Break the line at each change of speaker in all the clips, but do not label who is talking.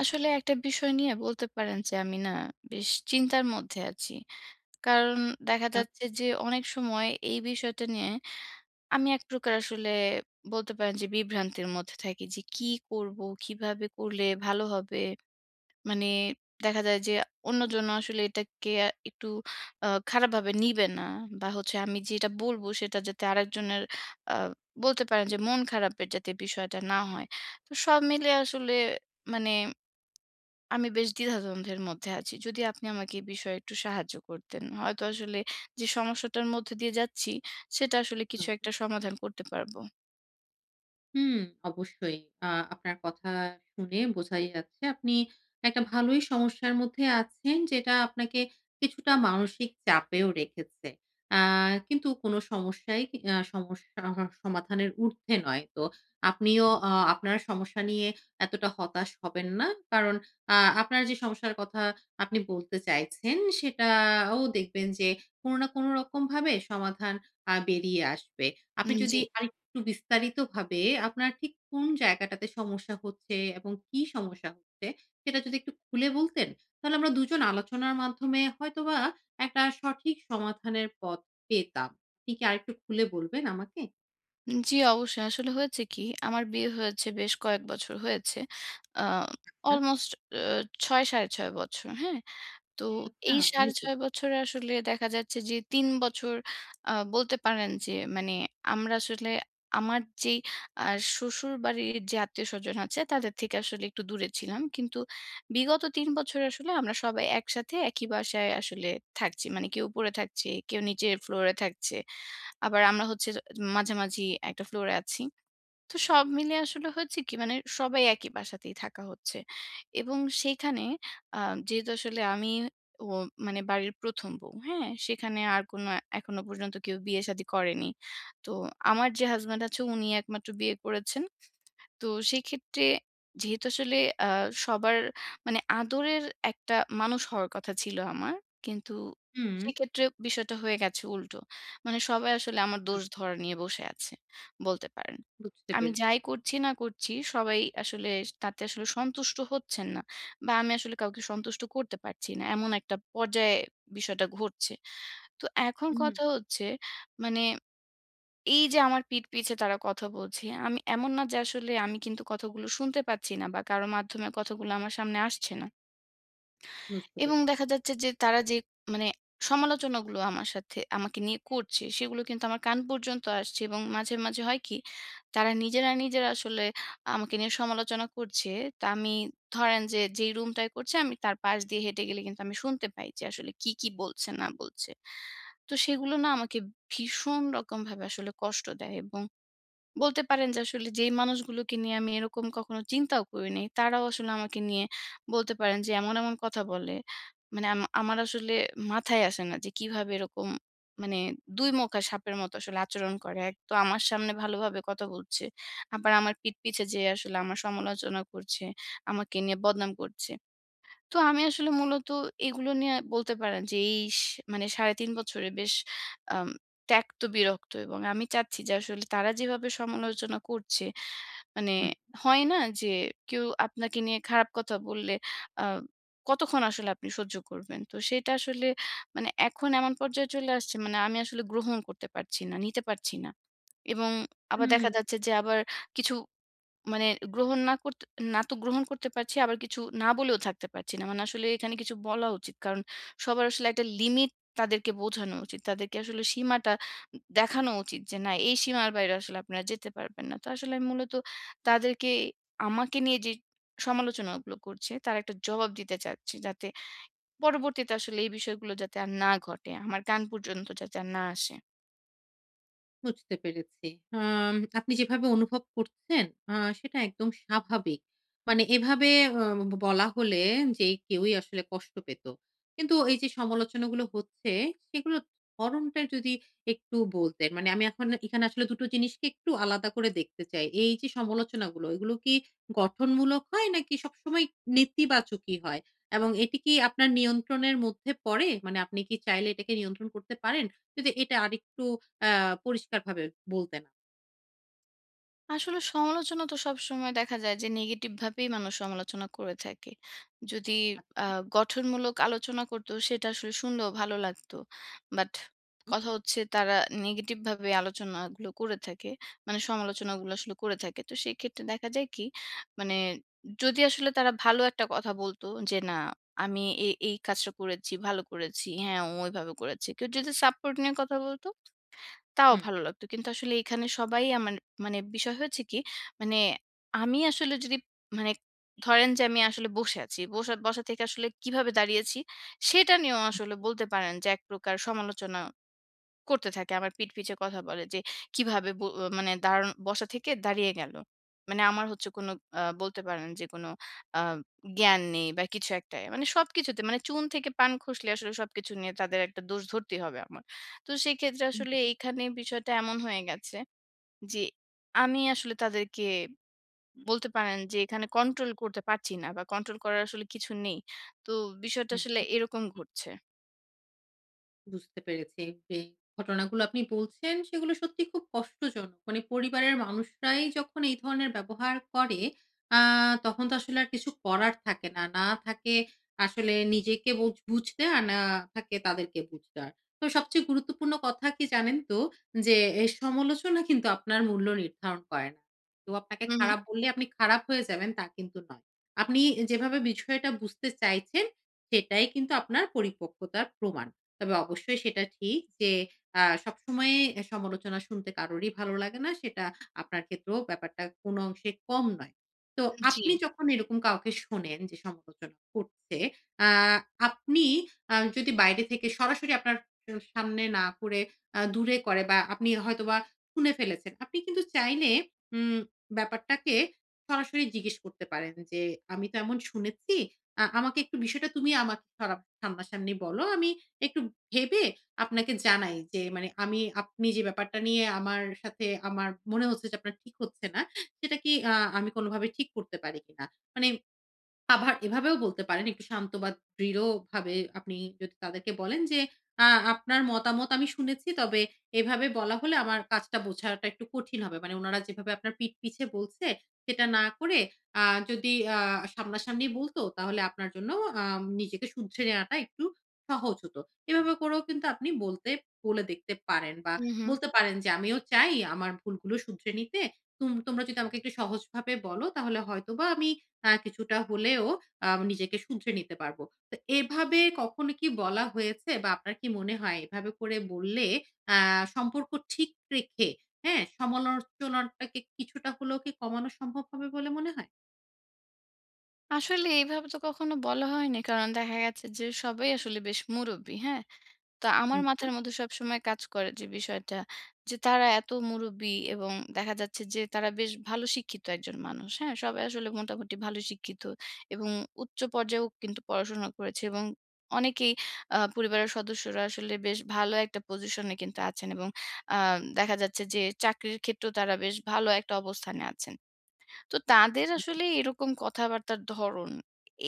আসলে একটা বিষয় নিয়ে বলতে পারেন যে আমি না বেশ চিন্তার মধ্যে আছি। কারণ দেখা যাচ্ছে যে অনেক সময় এই বিষয়টা নিয়ে আমি এক প্রকার আসলে বলতে পারেন যে বিভ্রান্তির মধ্যে থাকি যে কি করব? কিভাবে করলে ভালো হবে? মানে দেখা যায় যে অন্যজন আসলে এটাকে একটু খারাপভাবে নিবে না বা হচ্ছে আমি যেটা বলবো সেটা যাতে আরেকজনের আ বলতে পারেন যে মন খারাপের যাতে বিষয়টা না হয়। তো সব মিলিয়ে আসলে মানে আমি বেশ দ্বিধাদ্বন্দ্বের মধ্যে আছি। যদি আপনি আমাকে এই বিষয়ে একটু সাহায্য করতেন, হয়তো আসলে যে সমস্যাটার মধ্যে দিয়ে যাচ্ছি, সেটা আসলে কিছু
হুম,
একটা সমাধান করতে পারবো।
হুম, অবশ্যই। আ আপনার কথা শুনে বোঝাই যাচ্ছে আপনি একটা ভালোই সমস্যার মধ্যে আছেন যেটা আপনাকে কিছুটা মানসিক চাপেও রেখেছে। আ কিন্তু কোনো সমস্যাই কি আ সমস্যা হ সমাধানের ঊর্ধ্বে নয়। তো আপনিও আপনার সমস্যা নিয়ে এতটা হতাশ হবেন না। কারণ আ আপনার যে সমস্যার কথা আপনি বলতে চাইছেন সেটাও দেখবেন যে কোনো না কোনো রকম ভাবে সমাধান বেরিয়ে আসবে। আপনি যদি
জি।
একটু বিস্তারিতভাবে আপনার ঠিক কোন জায়গাটাতে সমস্যা হচ্ছে এবং কি সমস্যা হচ্ছে সেটা যদি একটু খুলে বলতেন, তাহলে আমরা দুজন আলোচনার মাধ্যমে হয়তোবা একটা সঠিক সমাধানের পথ পেতাম। আপনি কি আরেকটু খুলে বলবেন আমাকে?
জি, অবশ্যই। আসলে হয়েছে কি, আমার বিয়ে হয়েছে বেশ কয়েক বছর হয়েছে। আ
হ্যাঁ?
অলমোস্ট আ ৬, ৬.৫ বছর, হ্যাঁ? তো
আচ্ছা,
এই
অনেকেই।
৬.৫ বছরে আসলে দেখা যাচ্ছে যে ৩ বছর বলতে পারেন যে মানে আমরা আসলে আমার যেই আ শ্বশুরবাড়ির যে আত্মীয়স্বজন আছে তাদের থেকে আসলে একটু দূরে ছিলাম। কিন্তু বিগত ৩ বছরে আসলে আমরা সবাই একসাথে একই বাসায় আসলে থাকছি। মানে কেউ উপরে থাকছে, কেউ নিচের ফ্লোরে থাকছে। আবার আমরা হচ্ছে মাঝামাঝি একটা ফ্লোরে আছি। তো সব মিলে আসলে হয়েছে কি মানে সবাই একই বাসাতেই থাকা হচ্ছে। এবং সেইখানে আ যেহেতু আসলে আমি ও মানে বাড়ির ১ম বউ, হ্যাঁ? সেখানে আর কোনো এখনো পর্যন্ত কেউ বিয়ে-শাদী করেনি। তো আমার যে হাসব্যান্ড আছে উনি একমাত্র বিয়ে করেছেন। তো সেক্ষেত্রে যেহেতু আসলে আ সবার মানে আদরের একটা মানুষ হওয়ার কথা ছিল আমার। কিন্তু
হুম,
সেক্ষেত্রে বিষয়টা হয়ে গেছে উল্টো। মানে সবাই আসলে আমার দোষ
হুম।
ধরা নিয়ে বসে আছে বলতে পারেন।
বুঝতে
আমি
পেরেছি।
যাই করছি না করছি সবাই আসলে তাতে আসলে সন্তুষ্ট হচ্ছেন না। বা আমি আসলে কাউকে সন্তুষ্ট করতে পারছি না। এমন একটা পর্যায়ে বিষয়টা ঘটছে। তো এখন
হুম,
কথা হচ্ছে মানে এই যে আমার পিঠ পিছে তারা কথা বলছে, আমি এমন না যে আসলে আমি কিন্তু কথাগুলো শুনতে পাচ্ছি না বা কারো মাধ্যমে কথাগুলো আমার সামনে আসছে না।
বুঝতে
এবং
পেরেছি।
দেখা যাচ্ছে যে তারা যে মানে সমালোচনাগুলো আমার সাথে আমাকে নিয়ে করছে, সেগুলো কিন্তু আমার কান পর্যন্ত আসছে এবং মাঝে, মাঝে হয় কি তারা নিজেরা, নিজেরা আসলে আমাকে নিয়ে সমালোচনা করছে। তা আমি ধরেন যে যেই রুমটায় করছে আমি তার পাশ দিয়ে হেঁটে গেলে কিন্তু আমি শুনতে পাই যে আসলে কি, কি বলছে না বলছে। তো সেগুলো না আমাকে ভীষণ রকমভাবে আসলে কষ্ট দেয় এবং বলতে পারেন যে আসলে যেই মানুষগুলোকে নিয়ে আমি এরকম কখনো চিন্তাও করি নাই, তারাও আসলে আমাকে নিয়ে বলতে পারেন যে এমন, এমন কথা বলে। মানে আমার আসলে মাথায় আসে না যে কিভাবে এরকম মানে ২ মুখা সাপের মতো আসলে আচরণ করে। এক তো আমার সামনে ভালোভাবে কথা বলছে। আবার আমার পিঠ পিছে যেয়ে আসলে আমার সমালোচনা করছে, আমাকে নিয়ে বদনাম করছে। তো আমি আসলে মূলত এগুলো নিয়ে বলতে পারেন যে এই মানে ৩.৫ বছরে বেশ আম ত্যক্ত বিরক্ত এবং আমি চাচ্ছি যে আসলে তারা যেভাবে সমালোচনা করছে, মানে
হুম,
হয় না যে কেউ আপনাকে নিয়ে খারাপ কথা বললে আ কতক্ষণ আসলে আপনি সহ্য করবেন? তো সেটা আসলে মানে এখন এমন পর্যায়ে চলে আসছে মানে আমি আসলে গ্রহণ করতে পারছি না, নিতে পারছি না। এবং আবার
হুম।
দেখা যাচ্ছে যে আবার কিছু মানে গ্রহণ না করতে না তো গ্রহণ করতে পারছি, আবার কিছু না বলেও থাকতে পারছি না। মানে আসলে এখানে কিছু বলা উচিত। কারণ সবার আসলে একটা লিমিট তাদেরকে বোঝানো উচিত। তাদেরকে আসলে সীমাটা দেখানো উচিত যে, "না, এই সীমার বাইরে আসলে আপনারা যেতে পারবেন না।" তো আসলে আমি মূলত তাদেরকে আমাকে নিয়ে যে সমালোচনাগুলো করছে, তার একটা জবাব দিতে চাচ্ছি। যাতে পরবর্তীতে আসলে এই বিষয়গুলো যাতে আর না ঘটে। আমার কান পর্যন্ত যাতে আর না আসে।
বুঝতে পেরেছি। আপনি যেভাবে অনুভব করছেন সেটা একদম স্বাভাবিক। মানে এভাবে আ ব বলা হলে যে কেউই আসলে কষ্ট পেত। কিন্তু এই যে সমালোচনাগুলো হচ্ছে সেগুলোর ধরণটা যদি একটু বলতেন। মানে আমি এখন এখানে আসলে ২ টো জিনিসকে একটু আলাদা করে দেখতে চাই। এই যে সমালোচনাগুলো এগুলো কি গঠনমূলক হয় নাকি সবসময় নেতিবাচকই হয়? এবং এটি কি আপনার নিয়ন্ত্রণের মধ্যে পড়ে? মানে আপনি কি চাইলে এটাকে নিয়ন্ত্রণ করতে পারেন? যদি এটা আরেকটু আ পরিষ্কারভাবে বলতেন।
আসলে সমালোচনা তো সবসময় দেখা যায় যে নেগেটিভ ভাবেই মানুষ সমালোচনা করে থাকে। যদি আ
আমাকে।
গঠনমূলক আলোচনা করতো সেটা আসলে শুনলেও ভালো লাগতো। বাট
হুম,
কথা হচ্ছে তারা নেগেটিভ ভাবে আলোচনাগুলো করে থাকে। মানে সমালোচনাগুলো আসলে করে থাকে। তো সেক্ষেত্রে দেখা যায় কি মানে যদি আসলে তারা ভালো একটা কথা বলতো যে না আমি এই কাজটা করেছি, ভালো করেছি। হ্যাঁ, ও এভাবে করেছে। কেউ যদি সাপোর্ট নিয়ে কথা বলতো তাও
হুম,
ভালো লাগতো। কিন্তু আসলে এখানে সবাই আমার মানে বিষয় হয়েছে কি, মানে আমি আসলে যদি মানে ধরেন যে আমি আসলে বসে আছি। বসা বসা থেকে আসলে কিভাবে দাঁড়িয়েছি সেটা নিয়েও আসলে বলতে পারেন যে এক প্রকার সমালোচনা করতে থাকে। আমার পিঠ পিছে কথা বলে যে, "কিভাবে মানে দাঁড়ানো বসা থেকে দাঁড়িয়ে গেল?" মানে আমার হচ্ছে কোনো বলতে পারেন যে কোনো আ জ্ঞান নেই বা কিছু একটা। মানে সবকিছুতে মানে চুন থেকে পান খসলে আসলে সবকিছু নিয়ে তাদের একটা দোষ ধরতেই হবে আমার। তো সেক্ষেত্রে আসলে
হুম,
এইখানে বিষয়টা এমন হয়ে গেছে যে, আমি আসলে তাদেরকে বলতে পারেন যে এখানে কন্ট্রোল করতে পারছি না বা কন্ট্রোল করার আসলে কিছু নেই। তো বিষয়টা
হুম।
আসলে এরকম ঘটছে।
বুঝতে পেরেছি যে ঘটনাগুলো আপনি বলছেন সেগুলো সত্যি খুব কষ্টজনক। মানে পরিবারের মানুষরাই যখন এই ধরনের ব্যবহার করে আ তখন তো আসলে আর কিছু করার থাকে না। না থাকে আসলে নিজেকে বুঝতে আর, না থাকে তাদেরকে বুঝতে আর। তো সবচেয়ে গুরুত্বপূর্ণ কথা কি জানেন তো? যে এই সমালোচনা কিন্তু আপনার মূল্য নির্ধারণ করে না। তো আপনাকে
হু, হু।
খারাপ বললে আপনি খারাপ হয়ে যাবেন তা কিন্তু নয়। আপনি যেভাবে বিষয়টা বুঝতে চাইছেন সেটাই কিন্তু আপনার পরিপক্কতার প্রমাণ। তবে অবশ্যই সেটা ঠিক যে সবসময় সমালোচনা শুনতে কারোরই ভালো লাগে না। সেটা আপনার ক্ষেত্রেও ব্যাপারটা কোনো অংশে কম নয়। তো
জি।
আপনি যখন এরকম কাউকে শোনেন যে সমালোচনা করছে, আ আপনি যদি বাইরে থেকে সরাসরি আপনার স সামনে না করে দূরে করে বা আপনি হয়তোবা শুনে ফেলেছেন। আপনি কিন্তু চাইলে উম ব্যাপারটাকে সরাসরি জিজ্ঞেস করতে পারেন যে, "আমি তো এমন শুনেছি। আমাকে একটু বিষয়টা তুমি আমাকে সরা সামনাসামনি বলো। আমি একটু ভেবে আপনাকে জানাই যে মানে আপনি যে ব্যাপারটা নিয়ে আমার সাথে আমার মনে হচ্ছে যে আপনার ঠিক হচ্ছে না, সেটা কি আমি কোনভাবে ঠিক করতে পারি কিনা? মানে আবার এভাবেও বলতে পারেন একটু শান্ত বা দৃঢ়ভাবে আপনি যদি তাদেরকে বলেন যে, আ আপনার মতামত আমি শুনেছি। তবে এভাবে বলা হলে আমার কাজটা বোঝাটা একটু কঠিন হবে। মানে উনারা যেভাবে আপনার পিঠ পিছে বলছে সেটা না করে আ যদি সামনাসামনি বলত তাহলে আপনার জন্য আ নিজেকে শুধরে নেওয়াটা একটু সহজ হতো। এভাবে করেও কিন্তু আপনি বলে দেখতে পারেন বা
হু, হু।
বলতে পারেন যে, "আমিও চাই আমার ভুলগুলো শুধরে নিতে। তোমরা যদি আমাকে একটু সহজভাবে বলো তাহলে হয়তোবা আমি কিছুটা হলেও নিজেকে শুধরে নিতে পারবো। তো এভাবে কখনো কি বলা হয়েছে বা আপনার কি মনে হয় এভাবে করে বললে আ সম্পর্ক ঠিক রেখে, হ্যাঁ? সমালোচনাটাকে কিছুটা হলেও কি কমানো সম্ভব হবে বলে মনে হয়?
আসলে এইভাবে তো কখনো বলা হয়নি। কারণ দেখা গেছে যে সবাই আসলে বেশ মুরুব্বি, হ্যাঁ? তো আমার
হুম,
মাথার
হুম,
মধ্যে সবসময় কাজ করে যে বিষয়টা যে তারা এত মুরুব্বি এবং দেখা যাচ্ছে যে তারা বেশ ভালো শিক্ষিত একজন মানুষ, হ্যাঁ? সবাই আসলে মোটামুটি ভালো শিক্ষিত এবং উচ্চ পর্যায়েও কিন্তু পড়াশোনা করেছে এবং অনেকেই পরিবারের সদস্যরা আসলে বেশ ভালো একটা পজিশনে কিন্তু আছেন এবং আ দেখা যাচ্ছে যে চাকরির ক্ষেত্রেও তারা বেশ ভালো একটা অবস্থানে আছেন। তো তাদের আসলে এরকম কথাবার্তার ধরন,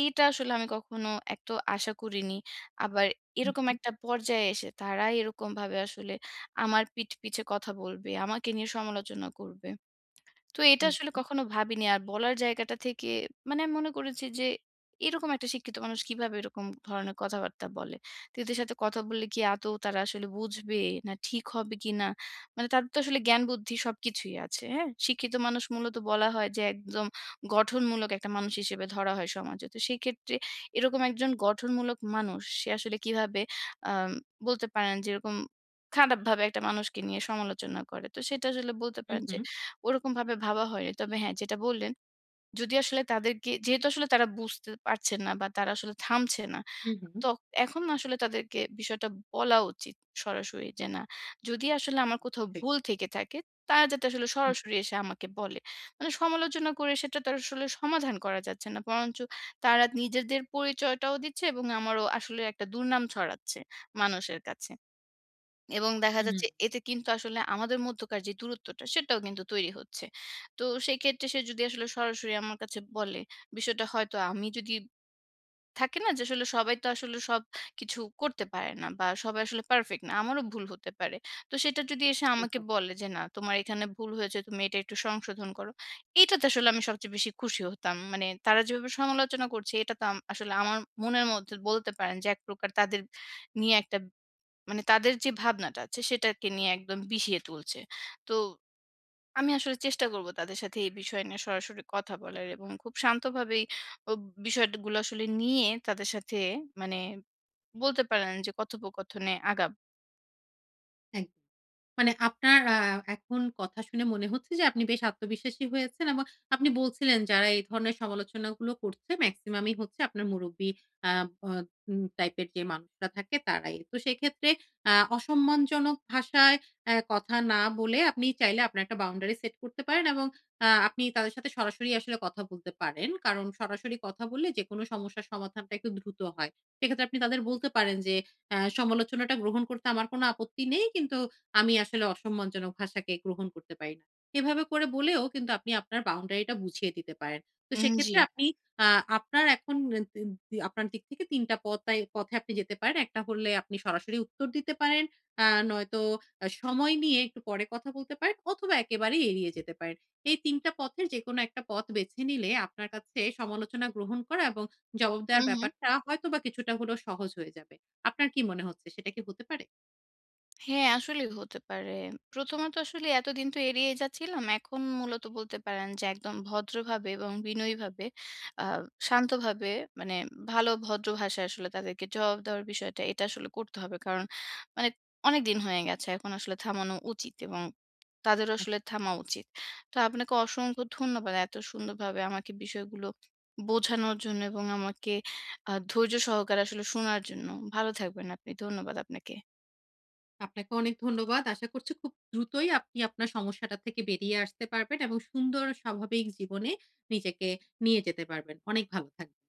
এইটা আসলে আমি কখনো এক তো আশা করিনি। আবার
হুম,
এরকম
হুম,
একটা পর্যায়ে এসে তারা এরকমভাবে আসলে আমার পিঠ পিছে কথা বলবে, আমাকে নিয়ে সমালোচনা করবে। তো এটা
হুম,
আসলে
হুম,
কখনো ভাবিনি। আর বলার জায়গাটা থেকে মানে আমি মনে করেছি যে এরকম একটা শিক্ষিত মানুষ কিভাবে এরকম ধরনের কথাবার্তা বলে। তো এদের সাথে কথা বললে কি আদৌ তারা আসলে বুঝবে না ঠিক হবে কিনা? মানে তাদের তো আসলে জ্ঞান বুদ্ধি সবকিছুই আছে, হ্যাঁ? শিক্ষিত মানুষ মূলত বলা হয় যে একদম গঠনমূলক একটা মানুষ হিসেবে ধরা হয় সমাজে। তো সেই ক্ষেত্রে এরকম একজন গঠনমূলক মানুষ সে আসলে কিভাবে আম বলতে পারেন যে এরকম খারাপভাবে একটা মানুষকে নিয়ে সমালোচনা করে। তো সেটা আসলে বলতে
হুম,
পারেন যে
হুম,
ওরকমভাবে ভাবা হয়নি। তবে হ্যাঁ, যেটা বললেন, যদি আসলে তাদেরকে যেহেতু আসলে তারা বুঝতে পারছে না বা তারা আসলে থামছে না।
হুম, হুম,
তো এখন না আসলে তাদেরকে বিষয়টা বলা উচিত সরাসরি যে, "না, যদি আসলে আমার কোথাও
ঠিক।
ভুল থেকে থাকে, তারা যাতে আসলে
হুম,
সরাসরি এসে আমাকে বলে।" মানে সমালোচনা করে সেটা তো আসলে সমাধান করা যাচ্ছে না। বরঞ্চ তারা নিজেদের পরিচয়টাও দিচ্ছে এবং আমারও আসলে একটা দুর্নাম ছড়াচ্ছে মানুষের কাছে। এবং দেখা
হুম,
যাচ্ছে এতে কিন্তু আসলে আমাদের মধ্যকার যে দূরত্বটা সেটাও কিন্তু তৈরি হচ্ছে। তো সেক্ষেত্রে সে যদি আসলে সরাসরি আমার কাছে বলে, বিষয়টা হয়তো আমি যদি থাকে না যে আসলে সবাই তো আসলে সবকিছু করতে পারে না বা সবাই আসলে পারফেক্ট না। আমারও ভুল হতে পারে। তো সেটা যদি এসে আমাকে
একদম,
বলে যে, "না, তোমার এখানে ভুল হয়েছে, তুমি এটা একটু সংশোধন করো।" এটাতে আসলে আমি সবচেয়ে বেশি খুশি হতাম। মানে তারা যেভাবে সমালোচনা করছে এটা তো আসলে আমার মনের মধ্যে বলতে পারেন যে এক প্রকার তাদের নিয়ে একটা মানে তাদের যে ভাবনাটা আছে সেটাকে নিয়ে একদম বিষিয়ে তুলছে। তো আমি আসলে চেষ্টা করব তাদের সাথে এই বিষয় নিয়ে সরাসরি কথা বলার এবং খুব শান্তভাবেই ও বিষয়গুলো আসলে নিয়ে তাদের সাথে মানে বলতে পারেন যে কথোপকথনে আগাব।
একদম। মানে আপনার এখন কথা শুনে মনে হচ্ছে যে আপনি বেশ আত্মবিশ্বাসী হয়েছেন এবং আপনি বলছিলেন যারা এই ধরনের সমালোচনাগুলো করছে মেক্সিমামই হচ্ছে আপনার মুরুব্বি আ অ উম টাইপের যে মানুষরা থাকে তারাই। তো সেক্ষেত্রে অসম্মানজনক ভাষায় কথা না বলে আপনি চাইলে আপনার একটা বাউন্ডারি সেট করতে পারেন এবং আপনি তাদের সাথে সরাসরি আসলে কথা বলতে পারেন। কারণ সরাসরি কথা বললে যেকোনো সমস্যার সমাধানটা একটু দ্রুত হয়। সেক্ষেত্রে আপনি তাদের বলতে পারেন যে, সমালোচনাটা গ্রহণ করতে আমার কোনো আপত্তি নেই। কিন্তু আমি আসলে অসম্মানজনক ভাষাকে গ্রহণ করতে পারি না। এভাবে করে বলেও কিন্তু আপনি আপনার বাউন্ডারিটা বুঝিয়ে দিতে পারেন। তো
জি।
সেক্ষেত্রে আপনি আ আপনার এখন এ তি তি আপনার দিক থেকে ৩ টা পথে আপনি যেতে পারেন। একটা হলে আপনি সরাসরি উত্তর দিতে পারেন। আ নয়তো সময় নিয়ে একটু পরে কথা বলতে পারেন অথবা একেবারেই এড়িয়ে যেতে পারেন। এই ৩ টা পথের যেকোনো একটা পথ বেছে নিলে আপনার কাছে সমালোচনা গ্রহণ করা এবং জবাব
হু,
দেওয়ার
হু।
ব্যাপারটা হয়তোবা কিছুটা হলেও সহজ হয়ে যাবে। আপনার কি মনে হচ্ছে সেটা কি হতে পারে?
হ্যাঁ, আসলেই হতে পারে। প্রথমত আসলে এতদিন তো এড়িয়ে যাচ্ছিলাম। এখন মূলত বলতে পারেন যে একদম ভদ্রভাবে এবং বিনয়ীভাবে আ শান্তভাবে মানে ভালো ভদ্র ভাষায় আসলে তাদেরকে জবাব দেওয়ার বিষয়টা এটা আসলে করতে হবে। কারণ মানে অনেকদিন হয়ে গেছে। এখন আসলে থামানো উচিত এবং তাদেরও আসলে থামা উচিত। তো আপনাকে অসংখ্য ধন্যবাদ এত সুন্দরভাবে আমাকে বিষয়গুলো বোঝানোর জন্য এবং আমাকে ধৈর্য সহকারে আসলে শোনার জন্য। ভালো থাকবেন আপনি। ধন্যবাদ আপনাকে।
আপনাকে অনেক ধন্যবাদ। আশা করছি খুব দ্রুতই আপনি আপনার সমস্যাটা থেকে বেরিয়ে আসতে পারবেন এবং সুন্দর স্বাভাবিক জীবনে নিজেকে নিয়ে যেতে পারবেন। অনেক ভালো থাকবেন।